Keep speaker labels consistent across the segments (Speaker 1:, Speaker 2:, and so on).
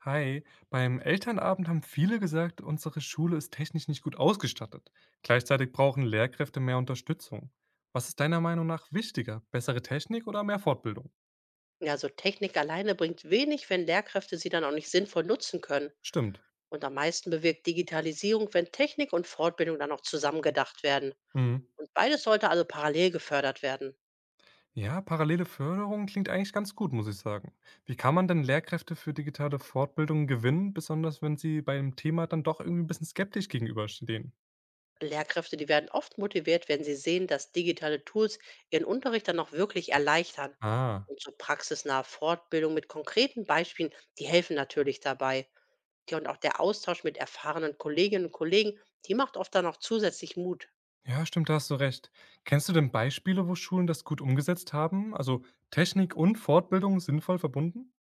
Speaker 1: Hi, beim Elternabend haben viele gesagt, unsere Schule ist technisch nicht gut ausgestattet. Gleichzeitig brauchen Lehrkräfte mehr Unterstützung. Was ist deiner Meinung nach wichtiger? Bessere Technik oder mehr Fortbildung?
Speaker 2: Ja, so Technik alleine bringt wenig, wenn Lehrkräfte sie dann auch nicht sinnvoll nutzen können.
Speaker 1: Stimmt.
Speaker 2: Und am meisten bewirkt Digitalisierung, wenn Technik und Fortbildung dann auch zusammengedacht werden.
Speaker 1: Mhm.
Speaker 2: Und beides sollte also parallel gefördert werden.
Speaker 1: Ja, parallele Förderung klingt eigentlich ganz gut, muss ich sagen. Wie kann man denn Lehrkräfte für digitale Fortbildungen gewinnen, besonders wenn sie bei dem Thema dann doch irgendwie ein bisschen skeptisch gegenüberstehen?
Speaker 2: Lehrkräfte, die werden oft motiviert, wenn sie sehen, dass digitale Tools ihren Unterricht dann auch wirklich erleichtern.
Speaker 1: Ah.
Speaker 2: Und so praxisnahe Fortbildung mit konkreten Beispielen, die helfen natürlich dabei. Ja, und auch der Austausch mit erfahrenen Kolleginnen und Kollegen, die macht oft dann auch zusätzlich Mut.
Speaker 1: Ja, stimmt, da hast du recht. Kennst du denn Beispiele, wo Schulen das gut umgesetzt haben? Also Technik und Fortbildung sinnvoll verbunden?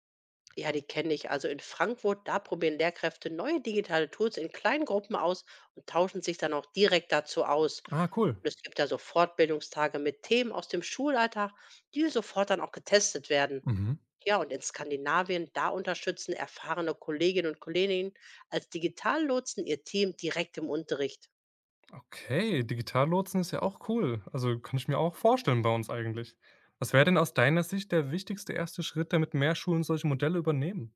Speaker 2: Ja, die kenne ich. Also in Frankfurt, da probieren Lehrkräfte neue digitale Tools in kleinen Gruppen aus und tauschen sich dann auch direkt dazu aus.
Speaker 1: Ah, cool.
Speaker 2: Und es gibt da so Fortbildungstage mit Themen aus dem Schulalltag, die sofort dann auch getestet werden.
Speaker 1: Mhm.
Speaker 2: Ja, und in Skandinavien, da unterstützen erfahrene Kolleginnen und Kollegen als Digitallotsen ihr Team direkt im Unterricht.
Speaker 1: Okay, Digitallotsen ist ja auch cool. Also kann ich mir auch vorstellen bei uns eigentlich. Was wäre denn aus deiner Sicht der wichtigste erste Schritt, damit mehr Schulen solche Modelle übernehmen?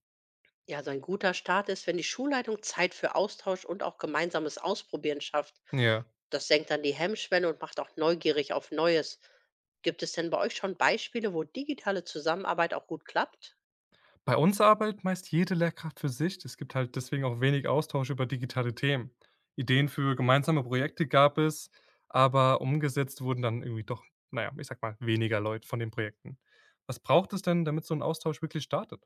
Speaker 2: Ja, so ein guter Start ist, wenn die Schulleitung Zeit für Austausch und auch gemeinsames Ausprobieren schafft.
Speaker 1: Ja.
Speaker 2: Das senkt dann die Hemmschwelle und macht auch neugierig auf Neues. Gibt es denn bei euch schon Beispiele, wo digitale Zusammenarbeit auch gut klappt?
Speaker 1: Bei uns arbeitet meist jede Lehrkraft für sich. Es gibt halt deswegen auch wenig Austausch über digitale Themen. Ideen für gemeinsame Projekte gab es, aber umgesetzt wurden dann irgendwie doch, naja, ich sag mal, weniger Leute von den Projekten. Was braucht es denn, damit so ein Austausch wirklich startet?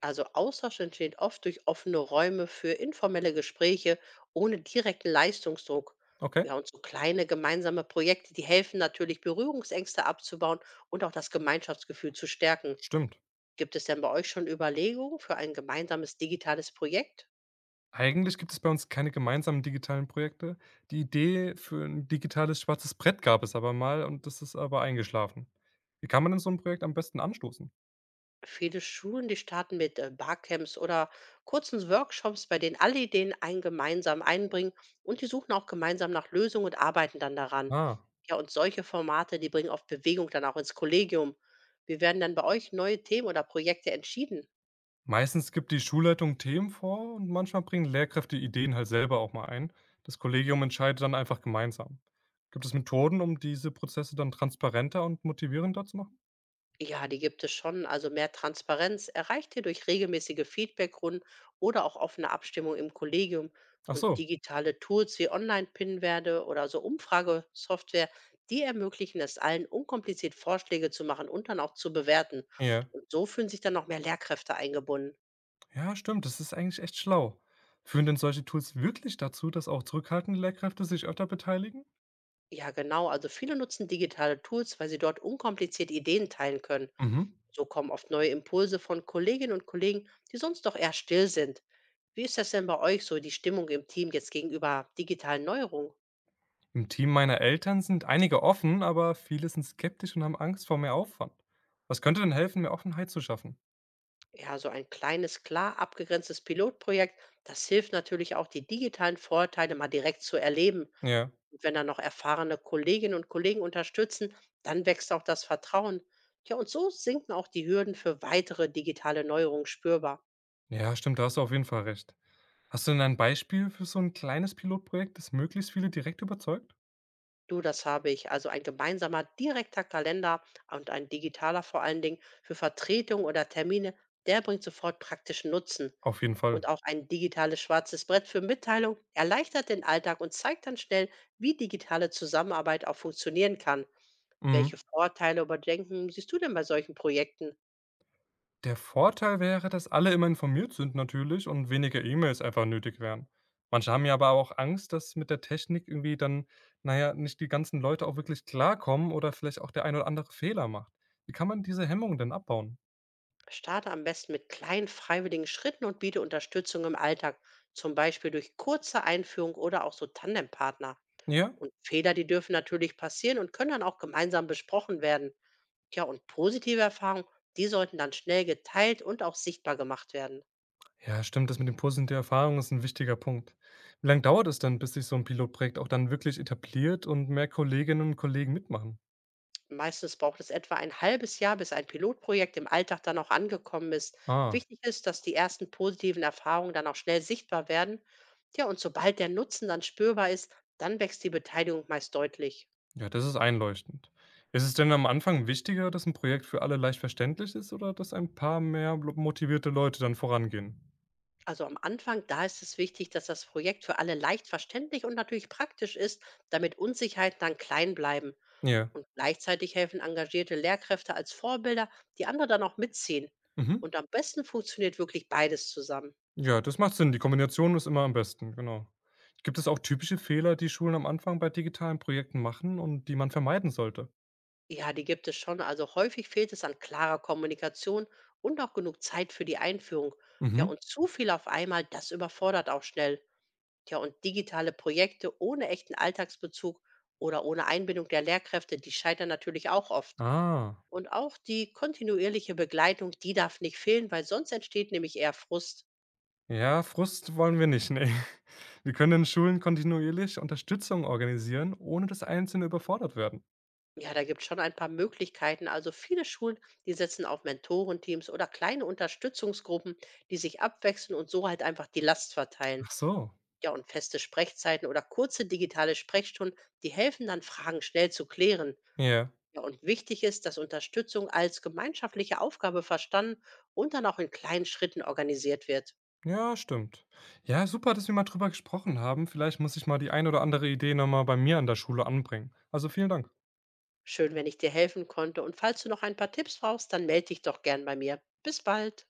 Speaker 2: Also Austausch entsteht oft durch offene Räume für informelle Gespräche ohne direkten Leistungsdruck.
Speaker 1: Okay,
Speaker 2: Ja, und so kleine gemeinsame Projekte, die helfen natürlich, Berührungsängste abzubauen und auch das Gemeinschaftsgefühl zu stärken.
Speaker 1: stimmt.
Speaker 2: Gibt es denn bei euch schon Überlegungen für ein gemeinsames digitales Projekt?
Speaker 1: Eigentlich gibt es bei uns keine gemeinsamen digitalen Projekte. Die Idee für ein digitales schwarzes Brett gab es aber mal und das ist aber eingeschlafen. Wie kann man denn so ein Projekt am besten anstoßen?
Speaker 2: Viele Schulen, die starten mit Barcamps oder kurzen Workshops, bei denen alle Ideen ein gemeinsam einbringen und die suchen auch gemeinsam nach Lösungen und arbeiten dann daran.
Speaker 1: Ah.
Speaker 2: Ja, und solche Formate, die bringen oft Bewegung dann auch ins Kollegium. Wie werden dann bei euch neue Themen oder Projekte entschieden?
Speaker 1: Meistens gibt die Schulleitung Themen vor und manchmal bringen Lehrkräfte Ideen halt selber auch mal ein. Das Kollegium entscheidet dann einfach gemeinsam. Gibt es Methoden, um diese Prozesse dann transparenter und motivierender zu machen?
Speaker 2: Ja, die gibt es schon. Also mehr Transparenz erreicht ihr durch regelmäßige Feedbackrunden oder auch offene Abstimmung im Kollegium
Speaker 1: Ach
Speaker 2: und
Speaker 1: so,
Speaker 2: digitale Tools wie Online-Pinwerte oder so Umfragesoftware, die ermöglichen es allen, unkompliziert Vorschläge zu machen und dann auch zu bewerten.
Speaker 1: ja.
Speaker 2: Und so fühlen sich dann noch mehr Lehrkräfte eingebunden.
Speaker 1: Ja, stimmt, das ist eigentlich echt schlau. Führen denn solche Tools wirklich dazu, dass auch zurückhaltende Lehrkräfte sich öfter beteiligen?
Speaker 2: Ja, genau. Also viele nutzen digitale Tools, weil sie dort unkompliziert Ideen teilen können.
Speaker 1: Mhm.
Speaker 2: So kommen oft neue Impulse von Kolleginnen und Kollegen, die sonst doch eher still sind. Wie ist das denn bei euch so, die Stimmung im Team jetzt gegenüber digitalen Neuerungen?
Speaker 1: Im Team meiner Eltern sind einige offen, aber viele sind skeptisch und haben Angst vor mehr Aufwand. Was könnte denn helfen, mehr Offenheit zu schaffen?
Speaker 2: Ja, so ein kleines, klar abgegrenztes Pilotprojekt, das hilft natürlich auch, die digitalen Vorteile mal direkt zu erleben.
Speaker 1: Ja.
Speaker 2: Und wenn dann noch erfahrene Kolleginnen und Kollegen unterstützen, dann wächst auch das Vertrauen. Ja, und so sinken auch die Hürden für weitere digitale Neuerungen spürbar.
Speaker 1: Ja, stimmt, da hast du auf jeden Fall recht. Hast du denn ein Beispiel für so ein kleines Pilotprojekt, das möglichst viele direkt überzeugt?
Speaker 2: Du, das habe ich. Also ein gemeinsamer direkter Kalender und ein digitaler vor allen Dingen für Vertretungen oder Termine, der bringt sofort praktischen Nutzen.
Speaker 1: Auf jeden Fall.
Speaker 2: Und auch ein digitales schwarzes Brett für Mitteilung erleichtert den Alltag und zeigt dann schnell, wie digitale Zusammenarbeit auch funktionieren kann.
Speaker 1: Mhm.
Speaker 2: Welche Vorteile überdenken siehst du denn bei solchen Projekten?
Speaker 1: Der Vorteil wäre, dass alle immer informiert sind natürlich und weniger E-Mails einfach nötig wären. Manche haben ja aber auch Angst, dass mit der Technik irgendwie dann, naja, nicht die ganzen Leute auch wirklich klarkommen oder vielleicht auch der ein oder andere Fehler macht. Wie kann man diese Hemmung denn abbauen?
Speaker 2: Starte am besten mit kleinen freiwilligen Schritten und biete Unterstützung im Alltag, zum Beispiel durch kurze Einführung oder auch so Tandempartner.
Speaker 1: Ja?
Speaker 2: Und Fehler, die dürfen natürlich passieren und können dann auch gemeinsam besprochen werden. Ja, und positive Erfahrungen, die sollten dann schnell geteilt und auch sichtbar gemacht werden.
Speaker 1: Ja, stimmt, das mit dem Posten der Erfahrung ist ein wichtiger Punkt. Wie lange dauert es denn, bis sich so ein Pilotprojekt auch dann wirklich etabliert und mehr Kolleginnen und Kollegen mitmachen?
Speaker 2: Meistens braucht es etwa ein halbes Jahr, bis ein Pilotprojekt im Alltag dann auch angekommen ist.
Speaker 1: Ah.
Speaker 2: Wichtig ist, dass die ersten positiven Erfahrungen dann auch schnell sichtbar werden. Ja, und sobald der Nutzen dann spürbar ist, dann wächst die Beteiligung meist deutlich.
Speaker 1: Ja, das ist einleuchtend. Ist es denn am Anfang wichtiger, dass ein Projekt für alle leicht verständlich ist oder dass ein paar mehr blo motivierte Leute dann vorangehen?
Speaker 2: Also am Anfang, da ist es wichtig, dass das Projekt für alle leicht verständlich und natürlich praktisch ist, damit Unsicherheiten dann klein bleiben.
Speaker 1: Ja.
Speaker 2: Und gleichzeitig helfen engagierte Lehrkräfte als Vorbilder, die andere dann auch mitziehen.
Speaker 1: Mhm.
Speaker 2: Und am besten funktioniert wirklich beides zusammen.
Speaker 1: Ja, das macht Sinn. Die Kombination ist immer am besten, genau. Gibt es auch typische Fehler, die Schulen am Anfang bei digitalen Projekten machen und die man vermeiden sollte?
Speaker 2: Ja, die gibt es schon. Also häufig fehlt es an klarer Kommunikation und auch genug Zeit für die Einführung. Ja,
Speaker 1: Mhm.
Speaker 2: und zu viel auf einmal, das überfordert auch schnell. Ja, und digitale Projekte ohne echten Alltagsbezug oder ohne Einbindung der Lehrkräfte, die scheitern natürlich auch oft.
Speaker 1: Ah.
Speaker 2: Und auch die kontinuierliche Begleitung, die darf nicht fehlen, weil sonst entsteht nämlich eher Frust.
Speaker 1: Ja, Frust wollen wir nicht, ne. Wir können denn Schulen kontinuierlich Unterstützung organisieren, ohne dass Einzelne überfordert werden?
Speaker 2: Ja, da gibt's schon ein paar Möglichkeiten. Also viele Schulen, die setzen auf Mentorenteams oder kleine Unterstützungsgruppen, die sich abwechseln und so halt einfach die Last verteilen.
Speaker 1: Ach so.
Speaker 2: Ja, und feste Sprechzeiten oder kurze digitale Sprechstunden, die helfen dann, Fragen schnell zu klären.
Speaker 1: Ja.
Speaker 2: Ja, und wichtig ist, dass Unterstützung als gemeinschaftliche Aufgabe verstanden und dann auch in kleinen Schritten organisiert wird.
Speaker 1: Ja, stimmt. Ja, super, dass wir mal drüber gesprochen haben. Vielleicht muss ich mal die ein oder andere Idee noch mal bei mir an der Schule anbringen. Also vielen Dank.
Speaker 2: Schön, wenn ich dir helfen konnte. Und falls du noch ein paar Tipps brauchst, dann melde dich doch gern bei mir. Bis bald.